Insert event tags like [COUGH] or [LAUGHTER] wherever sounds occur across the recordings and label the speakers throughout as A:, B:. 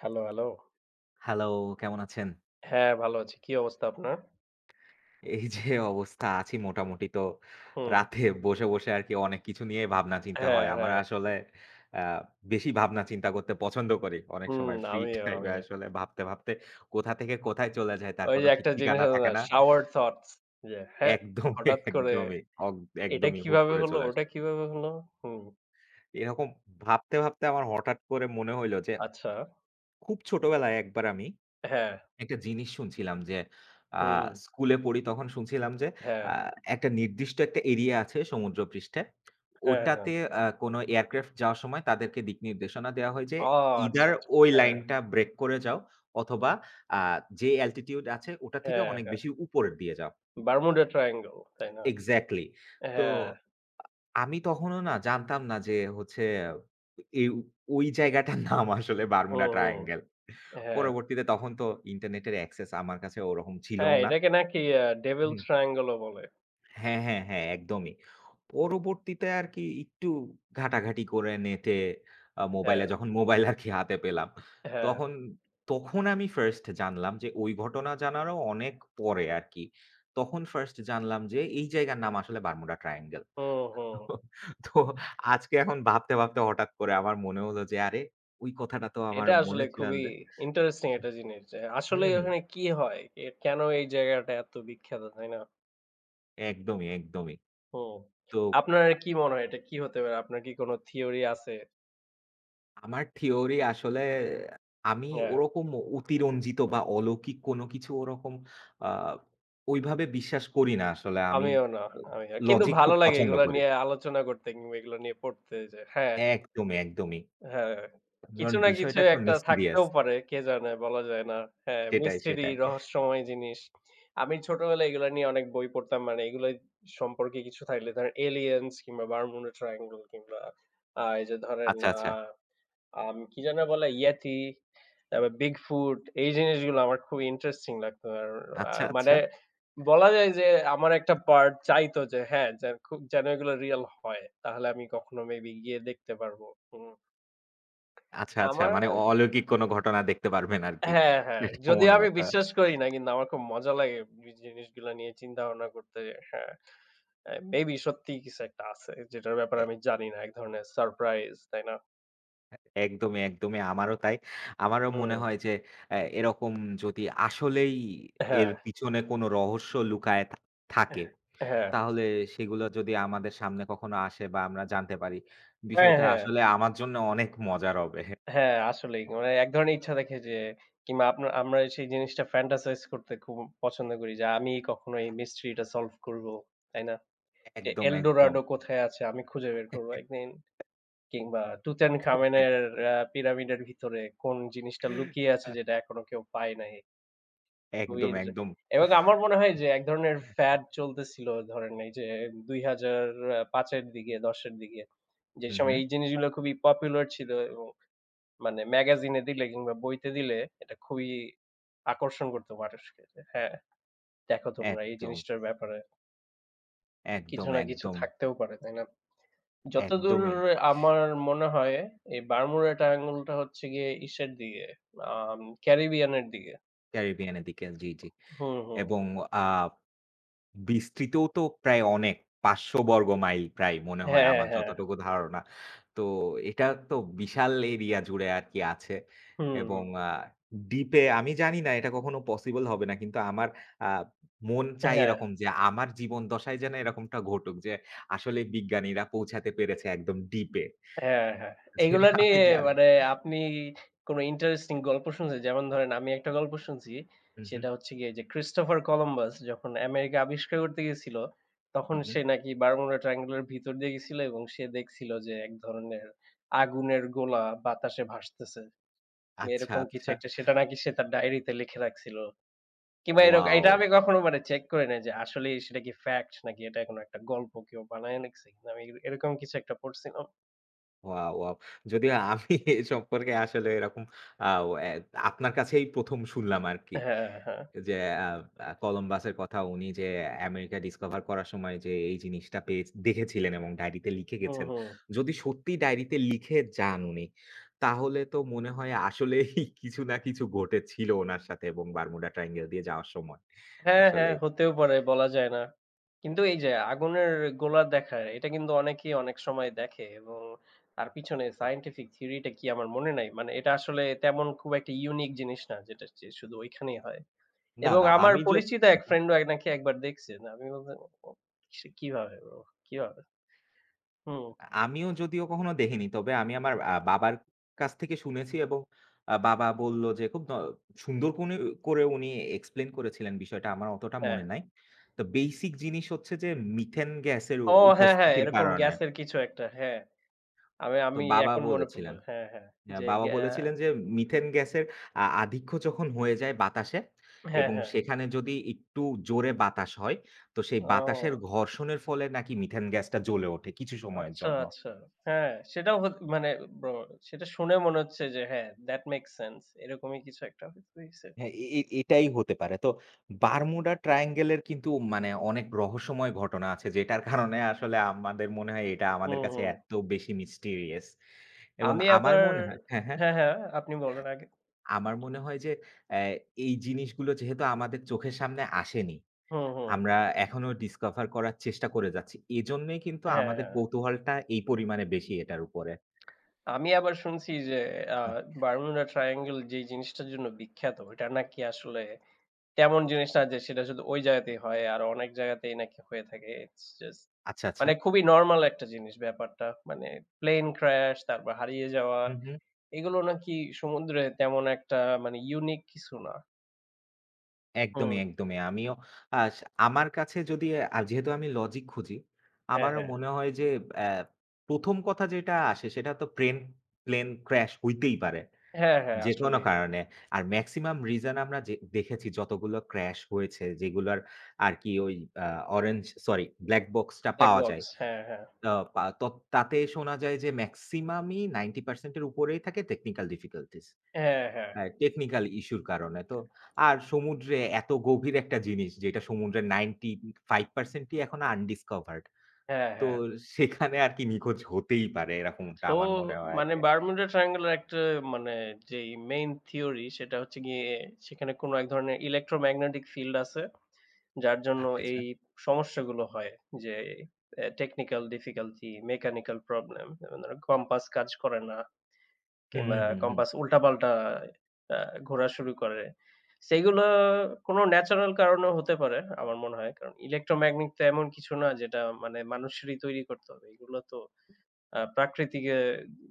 A: Hello, hello.
B: Hello, কেমন আছেন?
A: হ্যাঁ, ভালো আছি। কি অবস্থা আপনার?
B: এই যে অবস্থা আছি মোটামুটি তো
A: হুম।
B: রাতে বসে, বসে আরকি অনেক কিছু নিয়ে ভাবনা চিন্তা
A: হ্যাঁ,
B: হয়। আমার
A: হ্যাঁ।
B: আসলে আ বেশি ভাবনা চিন্তা করতে পছন্দ করি। অনেক
A: হুম,
B: সময় ফ্রি
A: আমিও,
B: টাইমে
A: আমিও।
B: আসলে ভাবতে, ভাবতে কোথা থেকে কোথায় চলে যায় তার
A: ওই যে
B: কোনো ঠিক
A: একটা জিনিস
B: ঠিকানা
A: আছে
B: থাকে
A: না?
B: না।
A: Shower thoughts। যে হ্যাঁ,
B: একদমই,
A: হঠাৎ করে
B: একদমই, অগ
A: এটা
B: একদমই হুট
A: কিভাবে
B: করে
A: হলো?
B: চলে আসে।
A: ওটা কিভাবে হলো? হুম,
B: এরকম ভাবতে, ভাবতে আমার হঠাৎ করে মনে হইল যে
A: আচ্ছা।
B: খুব ছোটবেলায় একবার আমি
A: হ্যাঁ,
B: একটা জিনিস শুনছিলাম যে আ
A: হুম,
B: স্কুলে পড়ি তখন শুনছিলাম যে
A: হ্যাঁ,
B: আ একটা নির্দিষ্ট একটা এরিয়া আছে সমুদ্রপৃষ্ঠে।
A: হ্যাঁ, হ্যাঁ।
B: ওটাতে কোনো এয়ারক্রাফট যাওয়ার সময় তাদেরকে দিক নির্দেশনা দেওয়া হয় যে
A: ও আচ্ছা,
B: ইদার
A: আচ্ছা।
B: ওই
A: হ্যাঁ,
B: লাইনটা ব্রেক করে যাও অথবা আ যে অ্যালটিটিউড আছে ওটা থেকে
A: হ্যাঁ,
B: অনেক
A: হ্যাঁ।
B: বেশি উপরের দিয়ে যাও।
A: বারমুডা ট্রায়াঙ্গল, তাই না?
B: এক্সাক্টলি। তো
A: হ্যাঁ,
B: আমি তখনও না জানতাম না যে হচ্ছে এই ওই জায়গাটার [LAUGHS] নাম আসলে
A: হুম,
B: বারমুডা
A: হুম।
B: ট্রায়াঙ্গেল।
A: হ্যাঁ,
B: পরবর্তীতে তখন তো ইন্টারনেটের অ্যাক্সেস আমার কাছে ওরকম ছিলও
A: হ্যাঁ,
B: না।
A: এটাকে নাকি ডেভিলস
B: হুম।
A: ট্রায়াঙ্গল ও বলে।
B: হ্যাঁ, হ্যাঁ, হ্যাঁ, একদমই। পরবর্তীতে আর কি একটু ঘাটাঘাটি করে নেটে
A: হ্যাঁ,
B: মোবাইলে যখন মোবাইল আর কি হাতে পেলাম,
A: হ্যাঁ।
B: তখন, তখন আমি ফার্স্ট জানলাম যে ওই ঘটনা জানারও অনেক পরে আর কি। তখন ফার্স্ট জানলাম যে এই জায়গার নাম আসলে বারমুডা ট্রায়াঙ্গেল।
A: হুম, হুম।
B: তো আজকে এখন ভাবতে, ভাবতে হঠাৎ করে আমার মনে হলো যে আরে ওই কথাটা তো আমার
A: এটা
B: মনে
A: আসলে
B: ছিল না
A: খুবই
B: যে
A: ইন্টারেস্টিং একটা জিনিস যে
B: হুম,
A: আসলেই
B: হুম,
A: ওখানে কি হয়? এ কেন এই জায়গাটা এত বিখ্যাত, তাই না?
B: একদমই, একদমই।
A: হুম।
B: তো
A: আপনার কি মনে হয় এটা কি হতে পারে? আপনার কি কোনো থিওরি আছে?
B: আমার থিওরি আসলে আমি
A: হ্যাঁ,
B: ওরকম অতিরঞ্জিত বা অলৌকিক কোনো কিছু ওরকম আ ওইভাবে বিশ্বাস করি না আসলে। আমি
A: আমিও না,
B: আ
A: আমিও। কিন্তু
B: লজিক
A: ভালো
B: খুব
A: লাগে
B: পছন্দ
A: এগুলা
B: করি।
A: নিয়ে আলোচনা করতে কিংবা এগুলো নিয়ে পড়তে যে হ্যাঁ,
B: একদমই, একদমই।
A: হ্যাঁ,
B: কারণ
A: কিছু না কিছু
B: বিষয়টা তো
A: একটা
B: মিস্টিরিয়াস।
A: থাকতেও পারে। কে জানে? বলা যায় না। হ্যাঁ,
B: সেটাই,
A: মিস্ট্রি,
B: সেটাই।
A: রহস্যময় জিনিস। আমি ছোটবেলায় এগুলা নিয়ে অনেক বই পড়তাম। মানে এগুলো সম্পর্কে কিছু থাকলে ধরেন এলিয়েনস কিংবা বারমুডা ট্রায়াঙ্গল কিংবা এই যে ধরেন
B: আচ্ছা,
A: আ
B: আচ্ছা।
A: আম কি যেন বলে? ইয়েতি, তারপর বিগফুট এই জিনিসগুলো আমার খুব ইন্টারেস্টিং লাগতো। আর
B: আচ্ছা,
A: মানে
B: আচ্ছা।
A: বলা যায় যে আমার একটা পার্ট চাইতো যে হ্যাঁ, যে খুব যেন এগুলো রিয়াল হয়। তাহলে আমি কখনো মেবি গিয়ে দেখতে পারবো। হুম।
B: আচ্ছা, আচ্ছা।
A: আমার
B: মানে অলৌকিক কোনো ঘটনা দেখতে পারবেন আরকি।
A: হ্যাঁ, হ্যাঁ।
B: সেটা
A: যদিও
B: মনে
A: আমি
B: হতো।
A: বিশ্বাস করি না কিন্তু আমার খুব মজা লাগে এই জিনিসগুলা নিয়ে চিন্তা ভাবনা করতে। যে হ্যাঁ, মেবি সত্যিই কিছু একটা আছে যেটার ব্যাপারে আমি জানি না। এক ধরনের সারপ্রাইজ, তাই না?
B: একদমই, একদমই আমারও তাই। আমারও মনে
A: হুম।
B: হয় যে এরকম যদি আসলেই এর
A: হ্যাঁ,
B: পিছনে কোনো রহস্য লুকায়ে থাকে,
A: হ্যাঁ।
B: তাহলে সেগুলো যদি আমাদের সামনে কখনো আসে বা আমরা জানতে পারি,
A: হ্যাঁ,
B: বিষয়টা
A: হ্যাঁ।
B: আসলে আমার জন্য অনেক মজার হবে।
A: হ্যাঁ, আসলেই। মানে এক ধরনের ইচ্ছা থাকে যে কিংবা আপনার আমরা সেই জিনিসটা ফ্যান্টাসাইজ করতে খুব পছন্দ করি যে আমি কখনো এই মিস্ট্রিটা সলভ করব, তাই না? যে
B: একদম,
A: এল
B: একদম।
A: ডোরাডো কোথায় আছে আমি খুঁজে বের করব একদিন। কিংবা
B: একদমই।
A: টুটানখামেনের পিরামিডের ভিতরে কোন জিনিসটা লুকিয়ে আছে
B: আ
A: যেটা এখনো কেউ পায় নাই। খুবই হুম।
B: একদম, একদম।
A: এবং আমার মনে হয় যে এক ধরনের ফ্যাড চলতেছিল ধরেন এই যে ২০০৫ এর দিকে ১০ এর দিকে। যে
B: হুম,
A: সময়
B: হুম।
A: এই জিনিসগুলো খুবই পপুলার ছিল এবং মানে ম্যাগাজিনে দিলে কিংবা বইতে দিলে এটা খুবই আকর্ষণ করত মানুষকে যে, "হ্যাঁ, দেখো তোমরা এই
B: একদম,
A: জিনিসটার ব্যাপারে কিছু
B: একদম,
A: না কিছু
B: একদম,
A: থাকতেও পারে।" তাই না? যতদূর
B: একদমই।
A: আমার মনে হয় এই বারমুডা ট্রায়াঙ্গলটা হচ্ছে গিয়ে ইসের দিকে, ক্যারিবিয়ানের দিকে।
B: ক্যারিবিয়ানের দিকে। জি, জি।
A: হুম, হুম।
B: এবং আ বিস্তৃতও তো প্রায় অনেক। ৫০০ বর্গ মাইল প্রায় মনে হয়
A: হ্যাঁ,
B: আমার আচ্ছা।
A: হ্যাঁ। হ্যাঁ।
B: যতটুকু ধারণা। তো এটা তো বিশাল এরিয়া জুড়ে আরকি আছে
A: হুম,
B: এবং
A: হুম।
B: দ্বীপে আমি জানি না এটা কখনো পসিবল হবে না। কিন্তু আমার আ মন চায়
A: হ্যাঁ,
B: এরকম যে আমার জীবন দশায় যেন এরকমটা ঘটুক যে আসলে বিজ্ঞানীরা পৌঁছাতে পেরেছে একদম দ্বীপে।
A: হ্যাঁ, হ্যাঁ।
B: যেটা
A: এগুলা নিয়ে
B: আমি জানি।
A: মানে আপনি কোন ইন্টারেস্টিং গল্প শুনছেন? যেমন ধরেন আমি একটা গল্প শুনছি,
B: হু, হু,
A: সেটা হচ্ছে গিয়ে যে ক্রিস্টোফার কলম্বাস যখন আমেরিকা আবিষ্কার করতে গেছিল, তখন
B: হু, হু।
A: সে নাকি বারমুডা ট্রায়াঙ্গলের ভিতর দিয়ে গেছিল এবং সে দেখছিল যে এক ধরনের আগুনের গোলা বাতাসে ভাসতেছে।
B: আচ্ছা,
A: এরকম কিছু
B: আচ্ছা।
A: একটা সেটা নাকি সে তার ডায়েরিতে লিখে রাখছিল। কিংবা এরকম
B: ওয়াও!
A: এটা আমি কখনো মানে চেক করি নাই যে আসলেই সেটা কি ফ্যাক্ট নাকি এটা কোনো একটা গল্প কেউ বানায় লিখছে। কিন্তু আমি এরকম কিছু একটা পড়ছিলাম।
B: ওয়াও! ওয়াও! যদিও আমি [LAUGHS] এ সম্পর্কে আসলে এরকম আও এ আপনার কাছেই ১ম শুনলাম আরকি।
A: হ্যাঁ, হ্যাঁ।
B: যে আ আ কলম্বাসের কথা উনি যে আমেরিকা ডিসকভার করার সময় যে এই জিনিসটা পেয়ে দেখেছিলেন এবং ডায়েরিতে লিখে
A: হুম,
B: গেছেন।
A: হুম।
B: যদি সত্যি ডায়েরিতে লিখে যান উনি, তাহলে তো মনে হয় আসলেই [LAUGHS] কিছু না কিছু ঘটেছিল উনার সাথে এবং বারমুডা ট্রায়াঙ্গেল দিয়ে যাওয়ার সময়।
A: হ্যাঁ, হ্যাঁ
B: আসলেই।
A: হতেও পারে বলা যায় না। কিন্তু এই যে আগুনের গোলা দেখা এটা কিন্তু অনেকেই অনেক সময় দেখে এবং তার পিছনে সায়েন্টিফিক থিওরিটা কি আমার মনে নাই। মানে এটা আসলে তেমন খুব একটা ইউনিক জিনিস না যেটা যে শুধু ঐখানেই হয়।
B: না,
A: এবং
B: না
A: আমার পরিচিত এক ফ্রেন্ডও এক নাকি একবার দেখছে। না আমি বললাম, "ও সে কিভাবে ব্রো? কিভাবে?" হুম,
B: আমিও যদিও কখনো দেখিনি। তবে আমি আমার বাবার কাছ থেকে শুনেছি এবং বাবা বলল যে খুব সুন্দর কোনে করে উনি এক্সপ্লেইন করেছিলেন বিষয়টা। আমার অতটা
A: হ্যাঁ।
B: মনে নাই। তো বেসিক জিনিস হচ্ছে যে মিথেন গ্যাসের
A: ও হ্যাঁ, হ্যাঁ,
B: উপস্থিতির
A: এরকম
B: কারণে।
A: গ্যাসের কিছু একটা। হ্যাঁ, আমি
B: তো
A: আমি
B: বাবা
A: এখন মনে পড়ল।
B: বলেছিলেন।
A: হ্যাঁ, হ্যাঁ,
B: হ্যাঁ,
A: যে
B: বাবা
A: গ্যা
B: বলেছিলেন যে মিথেন গ্যাসের আধিক্য যখন হয়ে যায় বাতাসে
A: হ্যাঁ,
B: এবং
A: হ্যাঁ।
B: সেখানে যদি একটু জোরে বাতাস হয়, তো সেই বাতাসের
A: ও
B: ঘর্ষণের ফলে নাকি মিথেন গ্যাসটা জ্বলে ওঠে কিছু সময়ের
A: আচ্ছা,
B: জন্য।
A: আচ্ছা। হ্যাঁ, সেটাও হত মানে ব্রো সেটা শুনে মনে হচ্ছে যে হ্যাঁ, that makes sense এরকমই কিছু একটা হয়তো হইছে।
B: হ্যাঁ, এ এ এটাই হতে পারে। তো বারমুডা ট্রায়াঙ্গল এর কিন্তু মানে অনেক রহস্যময় ঘটনা আছে যেটার কারণে আসলে আমাদের মনে হয় এটা আমাদের
A: হুম,
B: কাছে
A: হুম।
B: এত বেশি মিস্টিরিয়াস এবং
A: আমি
B: আমার
A: আবার
B: মনে হয় হ্যাঁ, হ্যাঁ।
A: হ্যাঁ, হ্যাঁ, আপনি বলেন আগে।
B: আমার মনে হয় যে অ্যা এই জিনিসগুলো যেহেতু আমাদের চোখের সামনে আসেনি,
A: হুম, হুম।
B: আমরা এখনো ডিসকভার করার চেষ্টা করে যাচ্ছি। এজন্যই কিন্তু
A: হ্যাঁ,
B: আমাদের
A: হ্যাঁ।
B: কৌতূহলটা এই পরিমাণে বেশি এটার উপরে।
A: আমি আবার শুনছি যে আ
B: আ
A: বারমুডা ট্রায়াঙ্গল যেই জিনিসটার জন্য বিখ্যাত, ওইটা নাকি আসলে তেমন জিনিস না যে সেটা শুধু ওই জায়গাতেই হয়। আরো অনেক জায়গাতেই নাকি হয়ে থাকে। ইটস জাস্ট
B: আচ্ছা, আচ্ছা।
A: মানে খুবই নরমাল একটা জিনিস ব্যাপারটা। মানে প্লেন ক্র্যাশ তারপর হারিয়ে যাওয়া
B: হু, হু।
A: এগুলো নাকি সমুদ্রে তেমন একটা মানে ইউনিক কিছু না।
B: একদমই,
A: হুম।
B: একদমই। আমিও আস আমার কাছে যদি যেহেতু আমি লজিক খুঁজি,
A: হ্যাঁ,
B: আমারও
A: হ্যাঁ।
B: মনে হয় যে অ্যা ১ম কথা যেটা আসে সেটা তো প্লেন ক্র্যাশ হইতেই পারে।
A: হ্যাঁ, হ্যাঁ
B: যেকোনো
A: আসলেই।
B: কারণে। আর মেক্সিমাম রিজন আমরা যে দেখেছি যতগুলো ক্র্যাশ হয়েছে যেগুলার আরকি ওই আ orange sorry black box
A: black
B: পাওয়া যায়।
A: বক্স। হ্যাঁ, হ্যাঁ।
B: আ পা ত তাতে শোনা যায় যে মেক্সিমামই 90% এর উপরেই থাকে টেকনিক্যাল ডিফিকাল্টিজ।
A: হ্যাঁ, হ্যাঁ।
B: হ্যাঁ, টেকনিক্যাল ইস্যুর কারণে। তো আর সমুদ্রে এত গভীর একটা জিনিস যেটা সমুদ্রের 95% ই এখনো আনডিসকভারড।
A: হ্যাঁ,
B: তো
A: হ্যাঁ।
B: সেখানে আরকি নিখোঁজ হতেই পারে এরকমটা
A: সো
B: আমার মনে হয়
A: মানে
B: আরকি।
A: বারমুডা ট্রায়াঙ্গলের একটা মানে যেই মেইন থিওরি সেটা হচ্ছে গিয়ে সেখানে কোনো এক ধরনের ইলেক্ট্রোম্যাগনেটিক ফিল্ড আছে। যার জন্য
B: আচ্ছা, আচ্ছা।
A: এই সমস্যাগুলো হয় যে এ টেকনিক্যাল ডিফিকাল্টি, মেকানিক্যাল প্রবলেম যেমন ধরো কম্পাস কাজ করে না
B: হুম,
A: কিংবা
B: হুম, হুম।
A: কম্পাস উল্টাপাল্টা আ ঘোরা শুরু করে। সেগুলো কোনো ন্যাচারাল কারণেও হতে পারে আমার মনে হয়। কারণ ইলেক্ট্রোম্যাগনেট তো এমন কিছু না যেটা মানে মানুষেরই তৈরি করতে হবে। এগুলো তো প্রাকৃতিক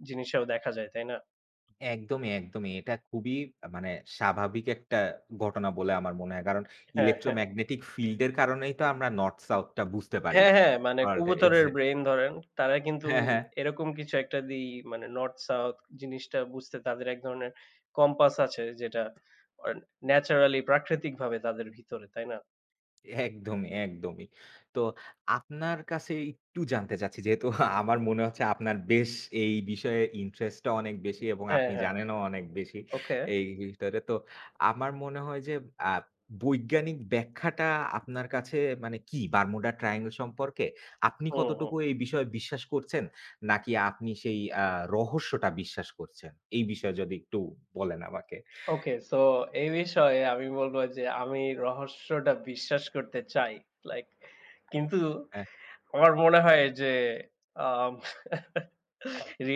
A: জিনিসেও দেখা যায়, তাই না?
B: একদমই, একদমই। এটা খুবই মানে স্বাভাবিক একটা ঘটনা বলে আমার মনে হয়। কারণ
A: হ্যাঁ, হ্যাঁ।
B: ইলেক্ট্রোম্যাগনেটিক ফিল্ড এর কারণেই তো আমরা নর্থ সাউথ টা বুঝতে পারি।
A: হ্যাঁ, হ্যাঁ, মানে
B: ওয়ার্ল্ড এর
A: কবুতরের
B: এক্সাক্ট
A: ব্রেইন ধরেন, তারা কিন্তু
B: হ্যাঁ, হ্যাঁ।
A: এরকম কিছু একটা দিয়েই মানে নর্থ সাউথ জিনিসটা বুঝতে তাদের এক ধরনের কম্পাস আছে যেটা অ ন্যাচারালি প্রাকৃতিকভাবে তাদের ভিতরে, তাই না?
B: একদমই, একদমই। তো আপনার কাছে একটু জানতে চাচ্ছি যেহেতু [LAUGHS] আমার মনে হচ্ছে আপনার বেশ এই বিষয়ে ইন্টারেস্ট টা অনেক বেশি এবং
A: হ্যাঁ,
B: আপনি
A: হ্যাঁ।
B: জানেনও অনেক বেশি
A: ওকে।
B: এই ভিতরে। তো আমার মনে হয় যে আ বৈজ্ঞানিক ব্যাখ্যাটা আপনার কাছে মানে কি বারমুডা ট্রায়াঙ্গল সম্পর্কে? আপনি
A: হুম, হুম।
B: কতটুকু এই বিষয়ে বিশ্বাস করছেন? নাকি আপনি সেই রহস্যটা বিশ্বাস করছেন? এই বিষয়ে যদি একটু বলেন আমাকে।
A: ওকে সো এই বিষয়ে আমি বলব যে আমি রহস্যটা বিশ্বাস করতে চাই। লাইক কিন্তু
B: হ্যাঁ,
A: আমার মনে হয় যে আম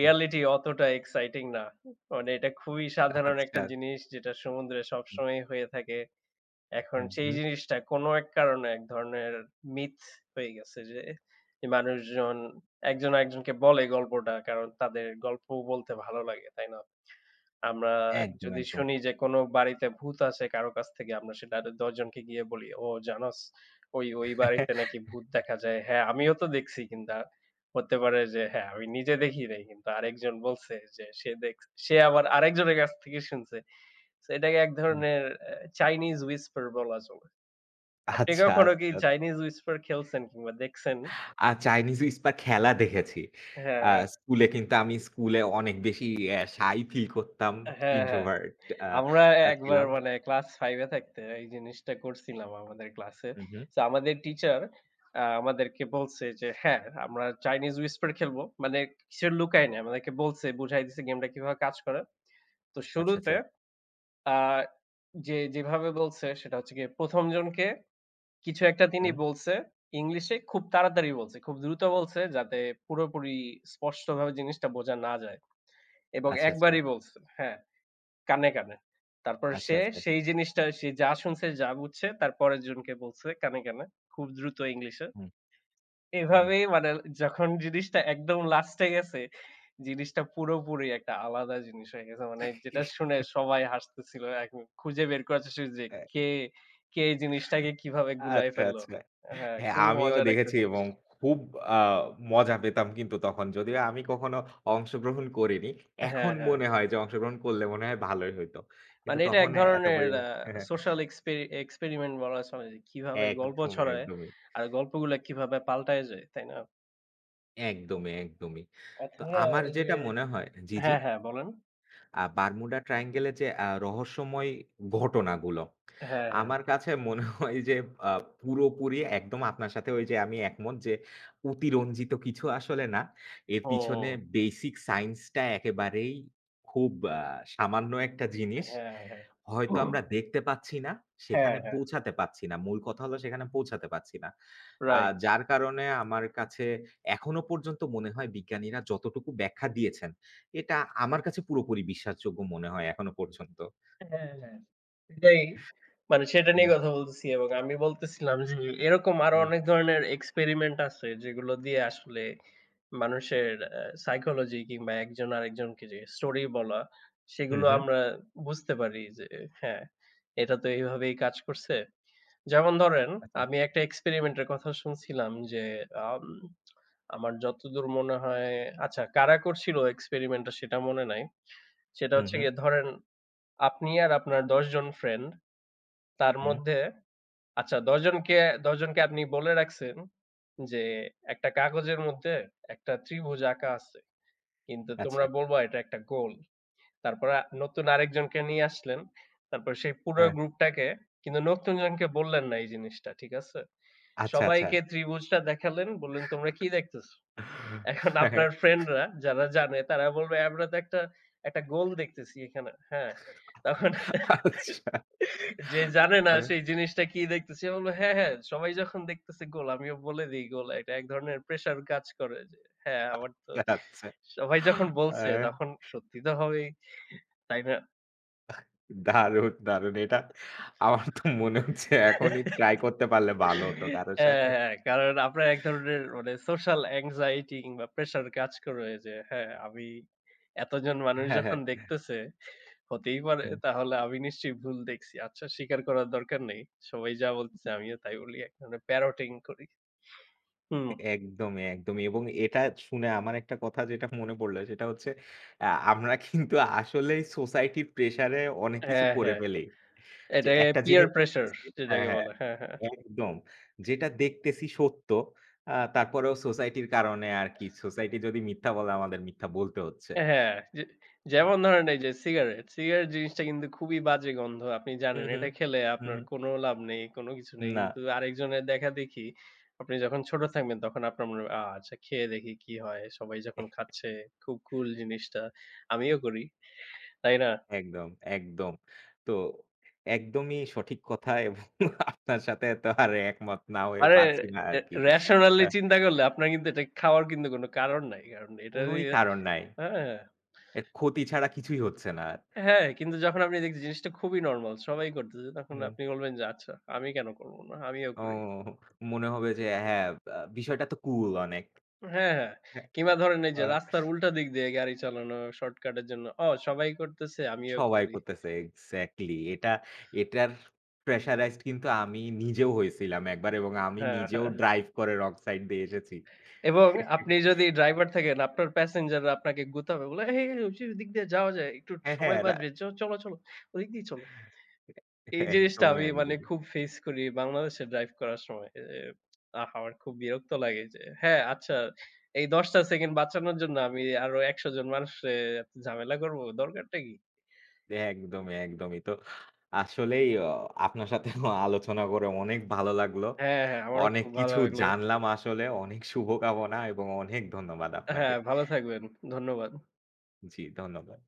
B: হুম,
A: অতটা এক্সাইটিং না। মানে এটা খুবই সাধারণ একটা
B: আচ্ছা।
A: জিনিস যেটা সমুদ্রে
B: হুম,
A: সবসময়ই হয়ে থাকে। এখন
B: হুম,
A: সেই
B: হুম।
A: জিনিসটা কোনো এক কারণে এক ধরনের মিথ হয়ে গেছে যে যে মানুষজন একজন আরেকজনকে বলে গল্পটা কারণ তাদের গল্প বলতে ভালো লাগে, তাই না? আমরা
B: একদম,
A: যদি
B: একদম।
A: শুনি যে কোনো বাড়িতে ভূত আছে কারো কাছ থেকে আমরা সেটা আরো ১০ জনকে গিয়ে বলি, "ও জানোস ওই, ওই বাড়িতে
B: [LAUGHS]
A: নাকি ভূত দেখা যায়।" হ্যাঁ, আমিও তো দেখছি কিন্তু হতে পারে যে হ্যাঁ, আমি নিজে দেখি নাই কিন্তু আরেকজন বলছে যে সে দেখছে। সে আবার আরেকজনের কাছ থেকে শুনছে। সো এটাকে এক ধরনের চাইনিজ whisper বলা চলে। আপনি
B: আচ্ছা,
A: কখনো কি
B: আচ্ছা।
A: চাইনিজ whisper খেলছেন কিংবা দেখছেন?
B: আর চাইনিজ হুইসপার খেলা দেখেছি।
A: হ্যাঁ,
B: আ
A: হ্যাঁ।
B: স্কুলে কিন্তু আমি স্কুলে অনেক বেশি শাই ফিল করতাম।
A: হ্যাঁ, হ্যাঁ। হ্যাঁ।
B: ইন্ট্রোভার্ট আ
A: আমরা
B: আ
A: একবার
B: ছিলাম।
A: মানে ক্লাস 5 এ থাকতে এই জিনিসটা করছিলাম আমাদের ক্লাসে।
B: হুম, হুম।
A: সো আমাদের টিচার আমাদেরকে বলছে যে, "হ্যাঁ, আমরা চাইনিজ হুইসপার খেলবো।" মানে কিছু লুকায় নাই। আমাদেরকে বলছে, বুঝায় দিছে গেমটা কিভাবে কাজ করে। তো
B: আচ্ছা,
A: শুরুতে
B: আচ্ছা।
A: আ যে যেভাবে বলছে সেটা হচ্ছে গিয়ে ১ম জনকে কিছু একটা তিনি
B: হুম।
A: বলছে ইংলিশে খুব তাড়াতাড়ি বলছে। খুব দ্রুত বলছে যাতে পুরোপুরি স্পষ্টভাবে জিনিসটা বোঝা না যায়। এবং
B: আচ্ছা, আচ্ছা।
A: একবারই বলছে। হ্যাঁ। কানে, কানে। তারপর
B: আচ্ছা,
A: সে
B: আচ্ছা।
A: সেই জিনিসটা সে যা শুনছে, যা বুঝছে তার পরের জনকে বলছে কানে, কানে। খুব দ্রুত ইংলিশে।
B: হুম, হুম।
A: এভাবেই মানে যখন জিনিসটা একদম লাস্টে গেছে, জিনিসটা পুরোপুরি একটা আলাদা জিনিস হয়ে গেছে। মানে যেটা
B: [LAUGHS]
A: শুনে সবাই হাসতেছিল। এখন খুঁজে বের করার চেষ্টা করছি যে
B: আ
A: কে, কে এই জিনিসটাকে কিভাবে গুলায়
B: আচ্ছা,
A: ফেললো।
B: আচ্ছা।
A: হ্যাঁ,
B: হ্যাঁ,
A: খুবই
B: আমিও
A: মজার একটা
B: দেখেছি
A: জিনিস।
B: এবং খুব আ মজা পেতাম কিন্তু তখন। যদিও আমি কখনো অংশগ্রহণ করিনি।
A: হ্যাঁ,
B: এখন
A: হ্যাঁ।
B: মনে হয় যে অংশগ্রহণ করলে মনে হয় ভালোই হইতো। কিন্তু
A: মানে এটা এক
B: তখন এত
A: ধরনের
B: পরিমাণ [LAUGHS]
A: সোশ্যাল এক্সপেরিমেন্ট বলা চলে যে কিভাবে
B: হ্যাঁ,
A: গল্প
B: একদমই,
A: ছড়ায়
B: একদমই।
A: আর গল্পগুলা কিভাবে পাল্টায় যায়, তাই না?
B: একদমই, একদমই। তো
A: অথবা
B: আমার
A: এই যে
B: যেটা মনে হয় জি, জি?
A: হ্যাঁ, হ্যাঁ বলেন।
B: বারমুডা ট্রায়াঙ্গেলের যে রহস্যময় ঘটনাগুলো,
A: হ্যাঁ, হ্যাঁ।
B: আমার কাছে মনে [LAUGHS] হয় যে আ পুরোপুরি একদম আপনার সাথে ওই যে আমি একমত যে অতিরঞ্জিত কিছু আসলে না। এর পিছনে
A: ও!
B: বেসিক সায়েন্সটা একেবারেই খুব আ সামান্য একটা জিনিস।
A: হ্যাঁ, হ্যাঁ।
B: হয়তো আমরা দেখতে পাচ্ছি না,
A: হ্যাঁ,
B: সেখানে
A: হ্যাঁ।
B: পৌঁছাতে পারছি না। মূল কথা হলো সেখানে পৌঁছাতে পারছি না।
A: রাইট।
B: যার কারণে আমার কাছে এখনো পর্যন্ত মনে হয় বিজ্ঞানীরা যতটুকু ব্যাখ্যা দিয়েছেন এটা আমার কাছে পুরোপুরি বিশ্বাসযোগ্য মনে হয় এখনো পর্যন্ত।
A: হ্যাঁ, হ্যাঁ। এটাই মানে সেটা
B: হুম,
A: নিয়ে কথা বলতেছি এবং আমি বলতেছিলাম যে এরকম আরো
B: হুম,
A: অনেক ধরনের এক্সপেরিমেন্ট আছে যেগুলো দিয়ে আসলে মানুষের আ সাইকোলজি কিংবা একজন আরেকজনকে যে স্টোরি বলা
B: হুম,
A: সেগুলো
B: হুম।
A: আমরা বুঝতে পারি যে হ্যাঁ, এটা তো এইভাবেই কাজ করছে। যেমন ধরেন
B: আচ্ছা।
A: আমি একটা এক্সপেরিমেন্টের কথা শুনছিলাম যে আম আমার যতদূর মনে হয় আচ্ছা কারা করছিল এক্সপেরিমেন্টটা সেটা মনে নাই। সেটা
B: হুম,
A: হচ্ছে
B: হুম,
A: গিয়ে ধরেন আপনি আর আপনার ১০ জন ফ্রেন্ড তার
B: হুম।
A: মধ্যে আচ্ছা ১০ জনকে আপনি বলে রাখছেন যে, "একটা কাগজের মধ্যে একটা ত্রিভুজ আঁকা আছে। কিন্তু তোমরা
B: আচ্ছা।
A: বলবা এটা একটা গোল।" তারপরে নতুন আরেকজনকে নিয়ে আসলেন। তারপর সেই পুরো
B: হ্যাঁ।
A: গ্রুপটাকে কিন্তু নতুন জনকে বললেন না এই জিনিসটা। ঠিক আছে?
B: আচ্ছা, আচ্ছা।
A: সবাইকে ত্রিভুজটা দেখালেন। বললেন, "তোমরা কি দেখতেছ?"
B: [LAUGHS]
A: এখন
B: হ্যাঁ,
A: আপনার ফ্রেন্ডরা যারা জানে তারা বলবে, "আমরা তো একটা গোল দেখতেছি এখানে।" হ্যাঁ, তখন
B: আচ্ছা।
A: যে জানে না
B: মানে
A: সেই জিনিসটা কি দেখতেছি, বলল, "হ্যাঁ, হ্যাঁ, সবাই যখন দেখতেছে গোল, আমিও বলে দেই গোল।" এটা এক ধরনের প্রেশার কাজ করে যে, "হ্যাঁ, আমার তো
B: আচ্ছা।
A: সবাই যখন বলছে,
B: আ
A: তখন সত্যি তো হবেই।" তাই না?
B: দারুণ, দারুণ। এটা আমার তো মনে হচ্ছে এখনই ট্রাই করতে পারলে ভালো হতো
A: হ্যাঁ,
B: কারো সাথে।
A: হ্যাঁ, কারণ আপনার এক ধরনের মানে সোশ্যাল anxiety কিংবা প্রেশার কাজ করে যে, "হ্যাঁ, আমি এতজন মানুষ
B: হ্যাঁ,
A: যখন
B: হ্যাঁ।
A: দেখতেছে" হতেই পারে।
B: হুম।
A: তাহলে আমি নিশ্চয়ই ভুল দেখছি। আচ্ছা স্বীকার করার দরকার নেই। সবাই যা বলতেছে আমিও তাই বলি। এক ধরনের প্যারোটিং করি। হুম,
B: একদমই, একদমই এবং এটা শুনে আমার একটা কথা যেটা মনে পড়ল সেটা হচ্ছে আ আমরা কিন্তু আসলেই সোসাইটির প্রেশারে অনেক কিছু
A: হ্যাঁ,
B: করে
A: হ্যাঁ।
B: ফেলি। যে
A: এটাকে
B: একটা
A: পিয়ার
B: জিনিস
A: প্রেশার
B: দেখতেছি হ্যাঁ,
A: যেটাকে
B: হ্যাঁ,
A: বলে। হ্যাঁ, হ্যাঁ।
B: একদম। যেটা দেখতেছি সত্য, তারপরেও সোসাইটির কারণে আরকি সোসাইটি যদি মিথ্যা বলে আমাদের মিথ্যা বলতে হচ্ছে।
A: হ্যাঁ, যে যেমন ধরেন এই যে সিগারেট। সিগারেট জিনিসটা কিন্তু খুবই বাজে গন্ধ। আপনি
B: হুম,
A: জানেন
B: হুম,
A: এটা খেলে
B: হুম,
A: আপনার
B: হুম।
A: কোনো লাভ নেই, কোনো কিছু নেই।
B: না,
A: কিন্তু আরেকজনের দেখাদেখি আপনি যখন ছোট থাকবেন তখন আপনার মনে হবে, আচ্ছা খেয়ে দেখি কি হয়। সবাই যখন
B: এহ
A: খাচ্ছে, খুব কুল জিনিসটা। আমিও করি।" তাই না?
B: একদম, একদম। তো একদমই সঠিক কথা [LAUGHS] এবং আপনার সাথে তো আর একমত না হয়ে
A: আরে
B: পারছি না
A: এ
B: আরকি। আ
A: rationally চিন্তা করলে আপনার কিন্তু এটা খাওয়ার কিন্তু কোনো কারণ নাই। কারণ এটা
B: কোনই
A: দিয়ে
B: কারণ নাই।
A: হ্যাঁ,
B: এর ক্ষতি ছাড়া কিছুই হচ্ছে না আর।
A: হ্যাঁ, কিন্তু যখন আপনি দেখছেন জিনিসটা খুবই নরমাল, সবাই করতেছে তখন
B: হুম,
A: আপনি বলবেন যে, "আচ্ছা, আমি কেন করব না? আমিও
B: ও
A: করি।"
B: মনে হবে যে হ্যাঁ, বিষয়টা তো কুল অনেক।
A: হ্যাঁ, হ্যাঁ। কিংবা ধরেন এই যে
B: আ
A: রাস্তার উল্টা দিক দিয়ে গাড়ি চালানো শর্টকাটের জন্য, "ও সবাই করতেছে আমিও
B: সবাই
A: করি।"
B: করতেছে এক্সাক্টলি। এটার প্রেশারাইজড কিন্তু আমি নিজেও হইছিলাম একবার এবং আমি
A: হ্যাঁ,
B: নিজেও
A: হ্যাঁ।
B: ড্রাইভ করে রং সাইড দিয়ে এসেছি।
A: এবং আপনি যদি ড্রাইভার থাকেন আপনার প্যাসেঞ্জাররা আপনাকে গুতাবে বলে, "এই, এই ওই যে ওদিক দিয়ে যাওয়া যায়। একটু
B: হ্যাঁ,
A: সময়
B: হ্যাঁ,
A: বাঁচবে। চলো, চলো। ওদিক দিয়ে চলো।" এই জিনিসটা
B: একদমই,
A: আমি মানে
B: একদমই।
A: খুব ফেস করি বাংলাদেশে ড্রাইভ করার সময়। এ আহা! আমার খুব বিরক্ত লাগে যে হ্যাঁ, আচ্ছা এই ১০ টা সেকেন্ড বাঁচানোর জন্য আমি আরো ১০০ জন মানুষরে এত ঝামেলা করব, দরকারটা কি?
B: একদমই, একদমই। তো আসলেই আপনার সাথে আলোচনা করে অনেক ভালো লাগলো।
A: হ্যাঁ, হ্যাঁ, আমারও
B: অনেক
A: খুব ভালো
B: কিছু
A: লাগলো।
B: জানলাম আসলে। অনেক শুভকামনা এবং অনেক ধন্যবাদ আপনাকে।
A: হ্যাঁ, ভালো থাকবেন। ধন্যবাদ।
B: জি, ধন্যবাদ।